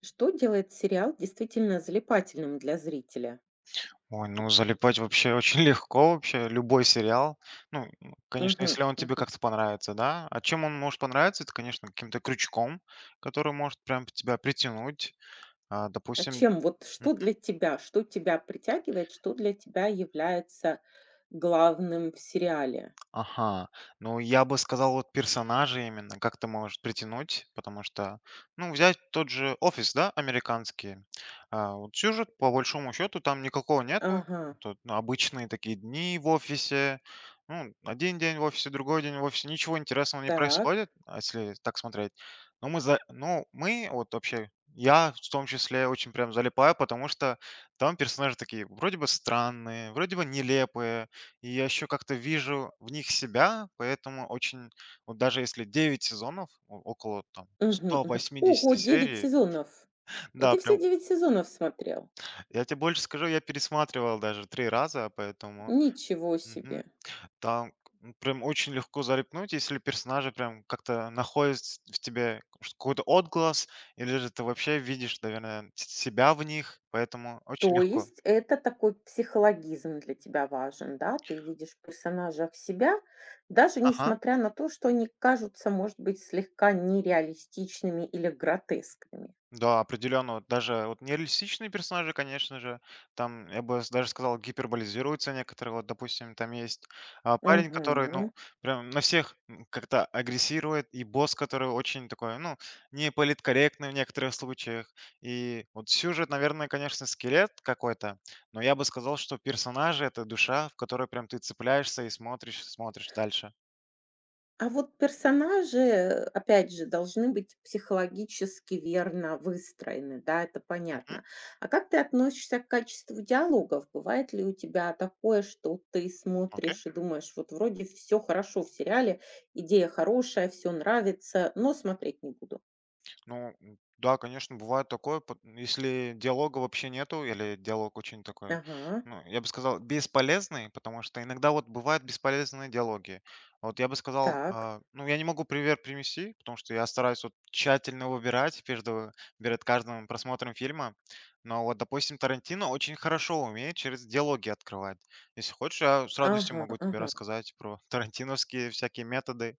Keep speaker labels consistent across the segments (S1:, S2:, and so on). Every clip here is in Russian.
S1: Что делает сериал действительно залипательным для зрителя?
S2: Ой, ну залипать вообще очень легко, вообще любой сериал. Ну, конечно,
S1: Мгм,
S2: если он тебе
S1: мгм.
S2: как-то понравится, да. А чем он может понравиться, это, конечно, каким-то крючком, который может прям тебя притянуть.
S1: А
S2: Допустим.
S1: чем вот что для тебя, что тебя притягивает, что для тебя является главным в сериале?
S2: Ага. Ну, я бы сказал, вот персонажи именно, как ты можешь притянуть, потому что, ну, взять тот же "Офис", да, американский. Вот сюжет, по большому счету, там никакого нету.
S1: Ага,
S2: Тут, ну, обычные такие дни в офисе. Ну, 1 день в офисе, другой день в офисе. Ничего интересного не происходит,
S1: так.
S2: а если так смотреть. Но мы, вот вообще, я в том числе очень прям залипаю, потому что там персонажи такие вроде бы странные, вроде бы нелепые, и я еще как-то вижу в них себя, поэтому очень, вот даже если 9 сезонов, около там
S1: Мгм, мгм. Ого,
S2: 180
S1: 9
S2: серий,
S1: сезонов! И
S2: да,
S1: ты все
S2: прям,
S1: 9 сезонов смотрел?
S2: я тебе больше скажу, я пересматривал даже 3 раза, поэтому
S1: Ничего
S2: мгм,
S1: себе!
S2: там прям очень легко зарепнуть, если персонажи прям как-то находят в тебе какой-то отглаз, или же ты вообще видишь, наверное, себя в них, поэтому очень
S1: То
S2: легко.
S1: есть это такой психологизм для тебя важен, да? Ты видишь в персонажах себя, даже
S2: Ага.
S1: несмотря на то, что они кажутся, может быть, слегка нереалистичными или гротескными.
S2: Да, определенно. Вот даже вот нереалистичные персонажи, конечно же, там, даже сказал, гиперболизируются некоторые. Вот, допустим, там есть парень, который, ну,
S1: Мгм.
S2: прям на всех, как-то агрессирует, и босс, который очень такой, ну, не политкорректный в некоторых случаях. И вот сюжет, наверное, конечно, скелет какой-то, но я бы сказал, что персонажи — это душа, в которой прям ты цепляешься и смотришь, смотришь дальше.
S1: А вот персонажи, опять же, должны быть психологически верно выстроены, да, это
S2: Мгм.
S1: понятно. А как ты относишься к качеству диалогов? Бывает ли у тебя такое, что ты
S2: Окей.
S1: смотришь и думаешь, вот вроде все хорошо в сериале, идея хорошая, все нравится, но смотреть не буду?
S2: Ну, да, конечно, бывает такое, если диалога вообще нету, или диалог очень такой,
S1: Ага,
S2: ну, я бы сказал, бесполезный, потому что иногда вот бывают бесполезные диалоги. Вот я бы сказал,
S1: так.
S2: ну, я не могу пример привести, потому что я стараюсь вот тщательно выбирать между, перед каждым просмотром фильма, но вот, допустим, Тарантино очень хорошо умеет через диалоги открывать. Если хочешь, я с радостью
S1: Ага,
S2: могу тебе
S1: ага.
S2: рассказать про тарантиновские всякие методы.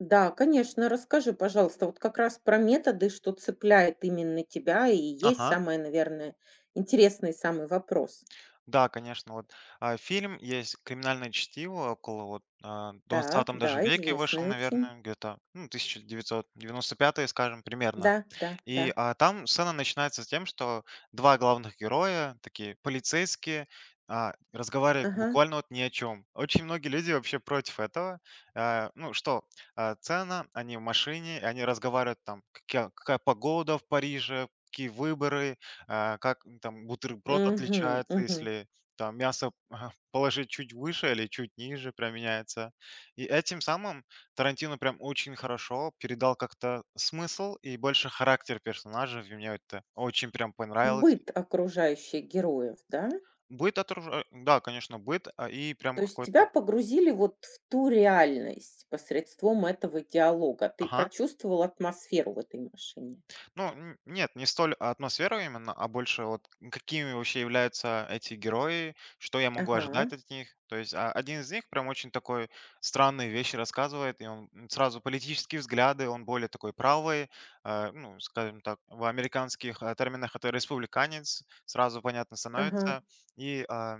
S1: Да, конечно, расскажи, пожалуйста, вот как раз про методы, что цепляет именно тебя, и есть
S2: Ага.
S1: самое, наверное, интересный самый вопрос.
S2: Да, конечно, вот, фильм есть "Криминальное чтиво", около вот,
S1: Так,
S2: XX даже
S1: да,
S2: веке вышел,
S1: известный очень.
S2: наверное, где-то, ну, 1995, скажем, примерно.
S1: Да, да, да.
S2: И, там сцена начинается с тем, что 2 главных героя, такие полицейские, разговаривают
S1: Ага.
S2: буквально вот ни о чем. Очень многие люди вообще против этого. Ну что, сцена, они в машине, и они разговаривают там, какя какая погода в Париже, какие выборы, там бутерброд
S1: Мгм,
S2: отличается,
S1: мгм.
S2: если там мясо положить чуть выше или чуть ниже, прям меняется. И этим самым Тарантино прям очень хорошо передал как-то смысл и больше характер персонажа. И мне это очень прям понравилось.
S1: Быт окружающих героев, да?
S2: Быт отража Да, конечно, быт, и прям
S1: То есть тебя
S2: какой-то.
S1: погрузили вот в ту реальность посредством этого диалога. Ты
S2: Ага.
S1: прочувствовал атмосферу в этой машине.
S2: Ну, нет, не столь атмосфера именно, а больше вот какими вообще являются эти герои, что я могу
S1: Ага,
S2: ожидать от них. То есть, один из них прям очень такой странные вещи рассказывает, и он, сразу политические взгляды, он более такой правый, ну, скажем так, в американских, терминах это республиканец, сразу понятно
S1: ага.
S2: становится. И,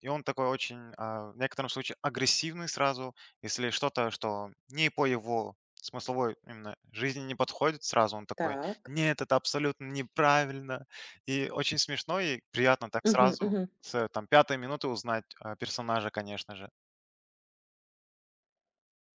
S2: и он такой очень, в некотором случае, агрессивный сразу, если что-то, что не по его смысловой именно жизни не подходит, сразу он такой,
S1: Так.
S2: нет, это абсолютно неправильно. И очень смешно, и приятно так
S1: Мгм,
S2: сразу
S1: мгм.
S2: с, там, пятой минуты узнать, персонажа, конечно же.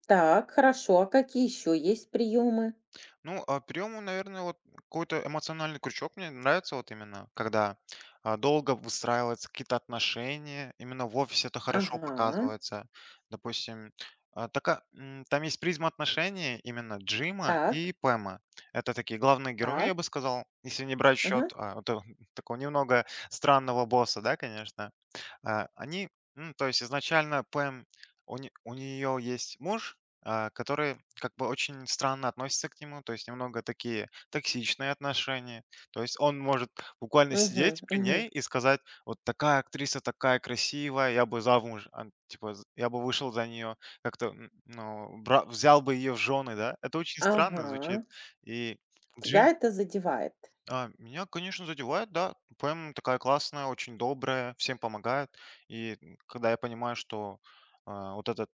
S1: Так, хорошо. А какие еще есть приемы?
S2: Ну, а приему, наверное, вот какой-то эмоциональный крючок мне нравится вот именно, когда, долго выстраиваются какие-то отношения, именно в офисе это хорошо
S1: Ага.
S2: показывается. Допустим, там есть призма отношений именно Джима
S1: Так,
S2: и Пэма. Это такие главные герои, я
S1: так.
S2: бы сказал, если не брать счет
S1: Ага.
S2: такого немного странного босса, да, конечно. Они, то есть изначально Пэм, нее есть муж, которые как бы очень странно относятся к нему, то есть немного такие токсичные отношения. То есть он может буквально
S1: Угу,
S2: сидеть при
S1: угу.
S2: ней и сказать, вот такая актриса, такая красивая, я бы замуж, типа, я бы вышел за нее, как-то, ну, взял бы ее в жены, да? Это очень странно звучит.
S1: Ага.
S2: И
S1: Тебя
S2: Джин,
S1: это задевает.
S2: меня, конечно, задевает, да, поэма такая классная, очень добрая, всем помогает. И, когда я понимаю, что, вот этот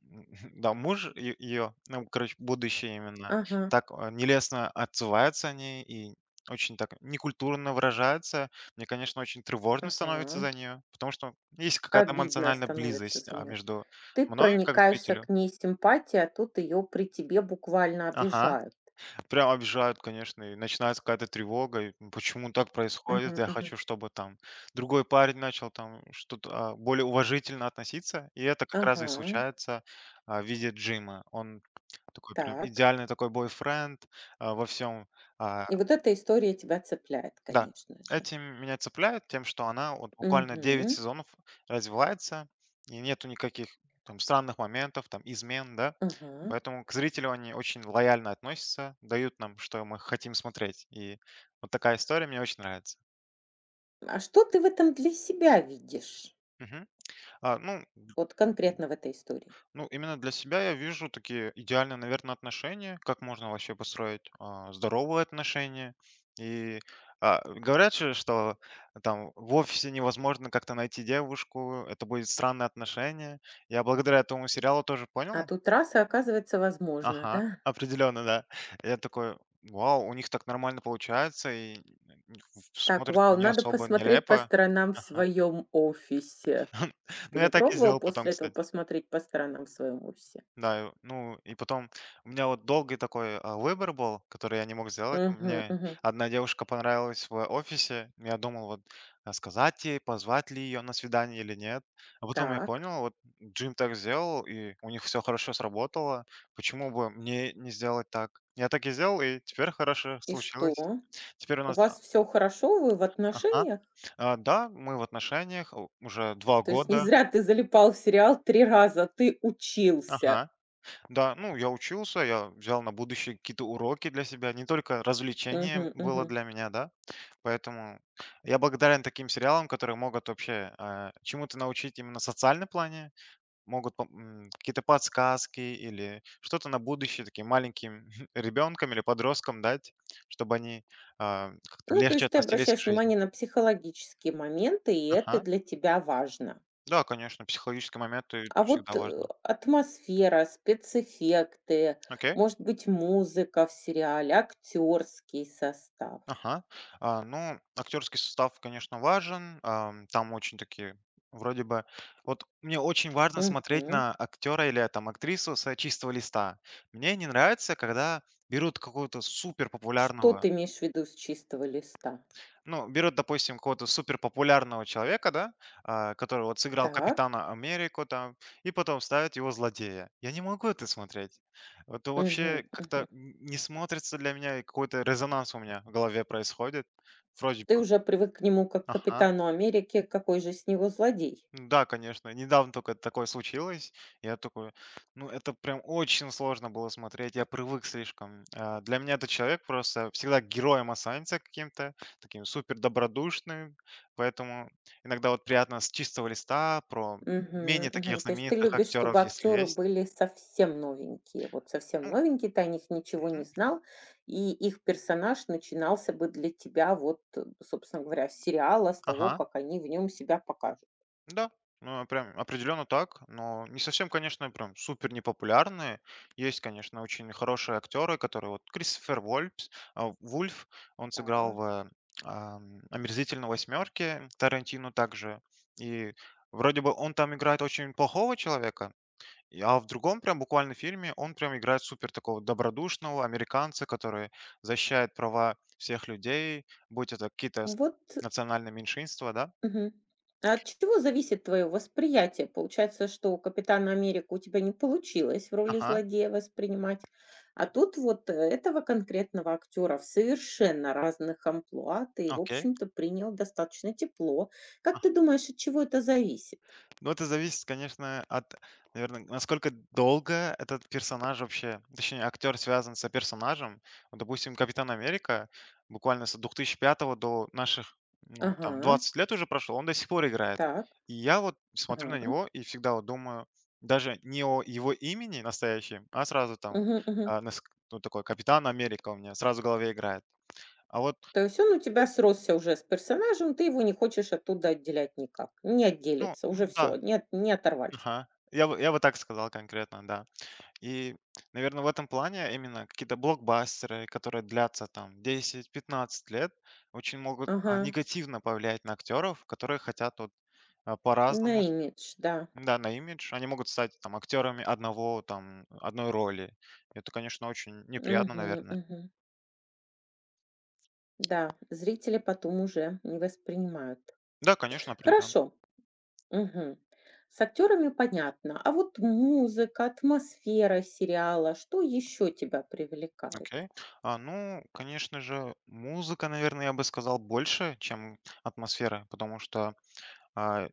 S2: да, муж ее, ну, короче, будущее именно,
S1: Ага.
S2: так, нелестно отзываются они и очень так некультурно выражаются. Мне, конечно, очень тревожно становится
S1: Ага.
S2: за нее, потому что есть какая-то
S1: Обидно
S2: эмоциональная
S1: становится
S2: близость,
S1: за неё.
S2: между
S1: Ты
S2: мной как
S1: проникаешься
S2: зрителю.
S1: к ней симпатией, а тут её при тебе буквально
S2: Ага.
S1: обижают.
S2: Прям обижают, конечно, и начинается какая-то тревога. И почему так происходит?
S1: Мгм,
S2: Я
S1: мгм.
S2: хочу, чтобы там другой парень начал там что-то, более уважительно относиться. И это как раз и
S1: Ага,
S2: случается, в виде Джима. Он такой прям
S1: так.
S2: идеальный такой бойфренд, а, во всем а,
S1: И вот эта история тебя цепляет,
S2: да,
S1: конечно же.
S2: этим меня цепляет тем, что она вот буквально 9
S1: Мгм.
S2: сезонов развивается, и нету никаких там странных моментов, там измен, да.
S1: Ага.
S2: Поэтому к зрителю они очень лояльно относятся, дают нам, что мы хотим смотреть. И вот такая история мне очень нравится.
S1: А что ты в этом для себя видишь?
S2: Мгм. А, ну,
S1: Вот конкретно в этой истории.
S2: Ну, именно для себя я вижу такие идеальные, наверное, отношения, как можно вообще построить, здоровые отношения. И, говорят же, что там в офисе невозможно как-то найти девушку, это будет странное отношение. Я благодаря этому сериалу тоже
S1: А
S2: понял,
S1: тут раз и оказывается возможно,
S2: ага,
S1: да?
S2: определенно, да. Я такой, вау, у них так нормально получается, и,
S1: Так,
S2: смотрится
S1: вау,
S2: не
S1: надо
S2: особо
S1: посмотреть по
S2: нелепо.
S1: сторонам в
S2: Ага.
S1: своем офисе.
S2: Ну,
S1: Ты
S2: я
S1: не
S2: так и
S1: пробовал
S2: сделал потом,
S1: после этого
S2: кстати.
S1: посмотреть по сторонам в своем офисе?
S2: Да, и ну, и потом у меня вот долгий такой, выбор был, который я не мог сделать.
S1: Мгм,
S2: Мне
S1: мгм.
S2: одна девушка понравилась в офисе. Я думал, вот, сказать ей, позвать ли ее на свидание или нет. А потом я
S1: Так,
S2: понял, вот Джим так сделал, и у них все хорошо сработало. Почему бы мне не сделать так? Я так и сделал, и теперь хорошо
S1: и что?
S2: случилось. Теперь у
S1: У
S2: нас,
S1: вас все хорошо? Вы в
S2: а, ага,
S1: отношениях?
S2: да, мы в отношениях у уже 2
S1: То есть не
S2: года.
S1: зря ты залипал в сериал 3 раза, а ты учился.
S2: Ага. Да, ну, я учился, я взял на будущее какие-то уроки для себя, не только развлечение
S1: Мгм,
S2: было
S1: мгм.
S2: для меня, да. Поэтому я благодарен таким сериалам, которые могут вообще, чему-то научить именно в социальном плане, могут какие-то подсказки или что-то на будущее таким маленьким ребенкам или подросткам дать, чтобы они, как-то
S1: Ну, то
S2: легче
S1: есть ты
S2: относились к
S1: обращаешь
S2: жизни.
S1: внимание на психологические моменты, и это
S2: Ага.
S1: для тебя важно.
S2: Да, конечно, психологические моменты это
S1: А
S2: всегда
S1: вот,
S2: важно.
S1: атмосфера, спецэффекты,
S2: Окей.
S1: может быть, музыка в сериале, актерский состав.
S2: Ага. Актерский состав, конечно, важен. Там очень такие, вроде бы, вот мне очень важно смотреть
S1: Мгм.
S2: на актера или там актрису с, чистого листа. Мне не нравится, когда берут какого-то супер
S1: Что
S2: популярного,
S1: ты имеешь в виду с чистого листа?
S2: ну, берут, допустим, какого-то супер популярного человека, да, который вот сыграл
S1: Так.
S2: Капитана Америку там, и потом ставят его злодея. Я не могу это смотреть. Это вообще
S1: Мгм,
S2: как-то
S1: мгм.
S2: не смотрится для меня, и какой-то резонанс у меня в голове происходит. Вроде
S1: Ты
S2: бы.
S1: уже привык к нему как к
S2: Ага.
S1: "Капитану Америке", какой же с него злодей.
S2: Да, конечно. Недавно только такое случилось. Я такой, ну, это прям очень сложно было смотреть. Я привык слишком. Для меня этот человек просто всегда героем останется каким-то, таким супер добродушным. Поэтому иногда вот приятно с чистого листа про
S1: Мгм,
S2: менее таких
S1: мгм. То есть ты
S2: знаменитых
S1: любишь,
S2: актеров,
S1: чтобы
S2: если
S1: актеры
S2: есть.
S1: были совсем новенькие. Вот совсем
S2: Ну,
S1: новенькие, ты о них ничего
S2: мгм.
S1: не знал, и их персонаж начинался бы для тебя вот, собственно говоря, с сериала, с того,
S2: Ага.
S1: как они в нем себя покажут.
S2: Да, прям определенно так, но не совсем, конечно, прям супер непопулярные. Есть, конечно, очень хорошие актеры, которые вот Кристофер Вольпс, Вульф, он сыграл
S1: Так.
S2: в, «Омерзительной восьмерке», Тарантино также. И вроде бы он там играет очень плохого человека, в другом прям буквально фильме он прям играет супер такого добродушного американца, который защищает права всех людей, будь это какие-то
S1: Вот.
S2: национальные меньшинства, да?
S1: Мгм. А от чего зависит твое восприятие? Получается, что у "Капитана Америка" у тебя не получилось в роли
S2: Ага,
S1: злодея воспринимать, а тут вот этого конкретного актера в совершенно разных амплуа ты, в
S2: окей.
S1: общем-то, принял достаточно тепло. Как ты думаешь, от чего это зависит?
S2: Ну, это зависит, конечно, от, наверное, насколько долго этот персонаж вообще, точнее, актер связан с персонажем. Вот, допустим, Капитан Америка буквально с 2005 до наших, ну, там,
S1: Ага,
S2: 20 лет уже прошло, он до сих пор играет.
S1: так,
S2: И я вот смотрю на
S1: ага.
S2: него и всегда вот думаю, даже не о его имени настоящем, а сразу там,
S1: Мгм, мгм.
S2: а, нас- ну, такой Капитан Америка у меня сразу в голове играет. А вот,
S1: То есть он у тебя сросся уже с персонажем, ты его не хочешь оттуда отделять никак. Не
S2: ну,
S1: отделится, уже
S2: да,
S1: все, не оторвать.
S2: ага. Я бы так сказал конкретно, да. И, наверное, в этом плане именно какие-то блокбастеры, которые длятся там 10-15 лет, очень могут,
S1: Ага,
S2: негативно повлиять на актеров, которые хотят вот,
S1: на
S2: по-разному с,
S1: имидж, да.
S2: да, на имидж. Они могут стать там актерами одного, там одной роли. Это, конечно, очень неприятно,
S1: Мгм,
S2: наверное.
S1: мгм. Да, зрители потом уже не воспринимают.
S2: Да, конечно, определенно.
S1: Хорошо. Мгм. С актерами понятно. А вот музыка, атмосфера сериала, что еще тебя привлекает?
S2: Окей. Ну, конечно же, музыка, наверное, я бы сказал, больше, чем атмосфера, потому что, а,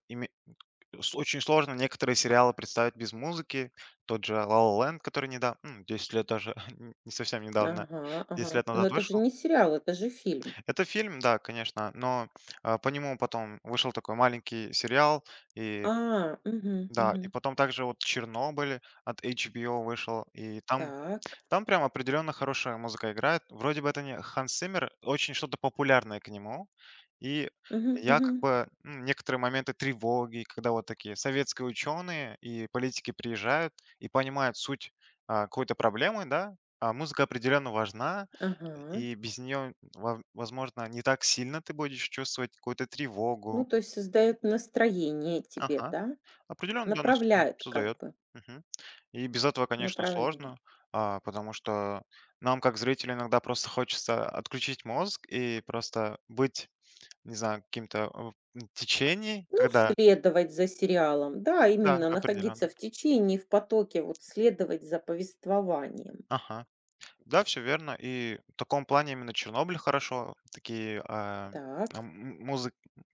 S2: С очень сложно некоторые сериалы представить без музыки. Тот же "La La Land", который недавно, 10 лет даже, н не совсем недавно,
S1: Ага,
S2: 10
S1: ага.
S2: лет
S1: Но
S2: назад
S1: это же
S2: вышел.
S1: не сериал, это же фильм.
S2: Это фильм, да, конечно, но, по нему потом вышел такой маленький сериал. И
S1: А, мгм,
S2: да, и
S1: мгм.
S2: потом также вот "Чернобыль" от HBO вышел, и там,
S1: Так.
S2: прям определенно хорошая музыка играет. Вроде бы это не Ханс Симмер, очень что-то популярное к нему. И
S1: Мгм,
S2: я
S1: мгм.
S2: как бы, некоторые моменты тревоги, когда вот такие советские ученые и политики приезжают и понимают суть, какой-то проблемы, да, а музыка определенно важна,
S1: Ага.
S2: и без нее, возможно, не так сильно ты будешь чувствовать какую-то
S1: Ну,
S2: тревогу.
S1: то есть создает настроение тебе,
S2: Ага.
S1: да?
S2: Определенно, да, нас
S1: Направляет как
S2: создает.
S1: бы
S2: Мгм. И без этого, конечно,
S1: направление.
S2: сложно, потому что нам, как зрителям, иногда просто хочется отключить мозг и просто быть, не знаю, каким-то, в течении,
S1: Ну,
S2: когда.
S1: следовать за сериалом, да,
S2: Да,
S1: именно
S2: определенно.
S1: находиться в течение, в потоке, вот следовать за повествованием.
S2: Ага. Да, всё верно. И в таком плане именно Чернобыль хорошо такие,
S1: Так,
S2: там м музы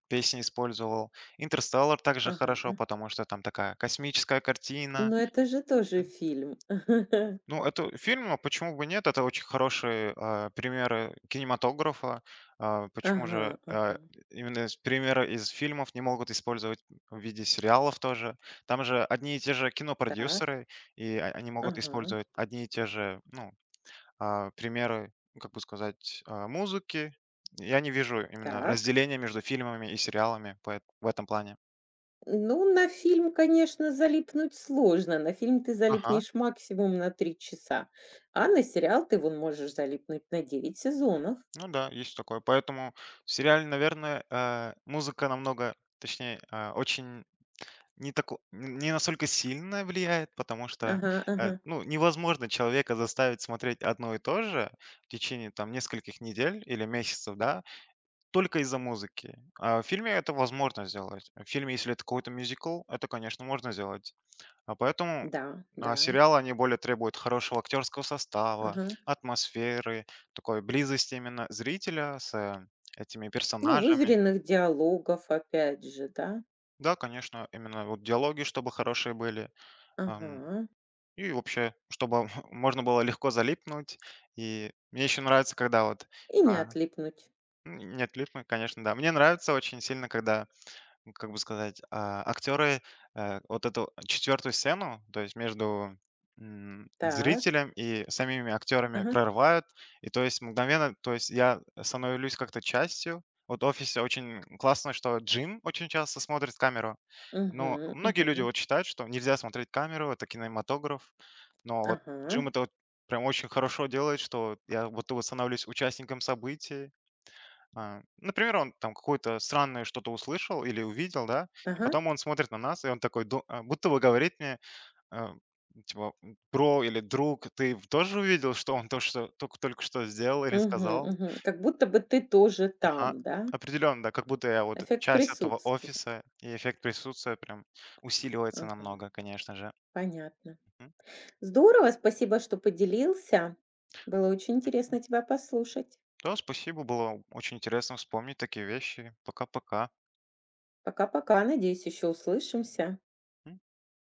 S2: песни использовал. "Интерстеллар" также хорошо,
S1: ага.
S2: потому что там такая космическая картина.
S1: Но это же тоже фильм.
S2: Ну, это фильм, а почему бы нет? Это очень хорошие, примеры кинематографа. А, почему
S1: Ага,
S2: же а,
S1: ага.
S2: именно примеры из фильмов не могут использовать в виде сериалов тоже? Там же одни и те же
S1: Так,
S2: кинопродюсеры, и они могут
S1: ага,
S2: использовать одни и те же, ну, примеры, как бы сказать, музыки. Я не вижу именно
S1: так.
S2: разделения между фильмами и сериалами по в этом плане.
S1: Ну, на фильм, конечно, залипнуть сложно. На фильм ты
S2: Ага.
S1: залипнешь максимум на 3 часа, а на сериал ты вон можешь залипнуть на 9 сезонов.
S2: Ну да, есть такое. Поэтому в сериале, наверное, музыка намного, точнее, очень не так, не настолько сильно влияет, потому что,
S1: Ага, ага.
S2: ну, невозможно человека заставить смотреть одно и то же в течение там нескольких недель или месяцев, да, только из-за музыки. А в фильме это возможно сделать. В фильме, если это какой-то мюзикл, это, конечно, можно сделать. А поэтому,
S1: Да, да.
S2: сериалы, они более требуют хорошего актерского состава,
S1: Ага.
S2: атмосферы, такой близости именно зрителя с, этими
S1: Ну,
S2: персонажами.
S1: выверенных диалогов, опять же, да?
S2: Да, конечно, именно вот диалоги, чтобы хорошие были. ам,
S1: Ага.
S2: И вообще, чтобы можно было легко залипнуть. И мне еще нравится, когда вот...
S1: И не
S2: а,
S1: отлипнуть.
S2: ну, нет, липмы, конечно, да. Мне нравится очень сильно, когда, ну, как бы сказать, актеры, вот эту четвертую сцену, то есть между,
S1: Так.
S2: зрителем и самими актерами
S1: Ага.
S2: прорывают. И то есть мгновенно, то есть я становлюсь как-то частью. Вот в "Офисе" очень классно, что Джим очень часто смотрит камеру. Но
S1: Мгм,
S2: многие люди
S1: мгм.
S2: вот считают, что нельзя смотреть камеру, это кинематограф. Но вот
S1: Ага.
S2: Джим это вот прям очень хорошо делает, что я будто бы становлюсь участником событий. А, например, он там какое-то странное что-то услышал или увидел, да, и
S1: Ага.
S2: потом он смотрит на нас, и он такой, будто бы говорит мне, а, типа, бро или друг, ты тоже увидел, что он то, что только что сделал или
S1: Мгм,
S2: сказал?
S1: мгм. Как будто бы ты тоже
S2: Ага.
S1: там, да?
S2: Определенно, да, как будто я вот
S1: Эффект
S2: часть этого
S1: присутствия.
S2: офиса, и эффект присутствия прям усиливается
S1: Ага.
S2: намного, конечно же.
S1: Понятно. Здорово, спасибо, что поделился. Было очень
S2: Мгм.
S1: интересно тебя послушать.
S2: Да, спасибо, было очень интересно вспомнить такие вещи. Пока-пока.
S1: Пока-пока. Надеюсь, еще услышимся.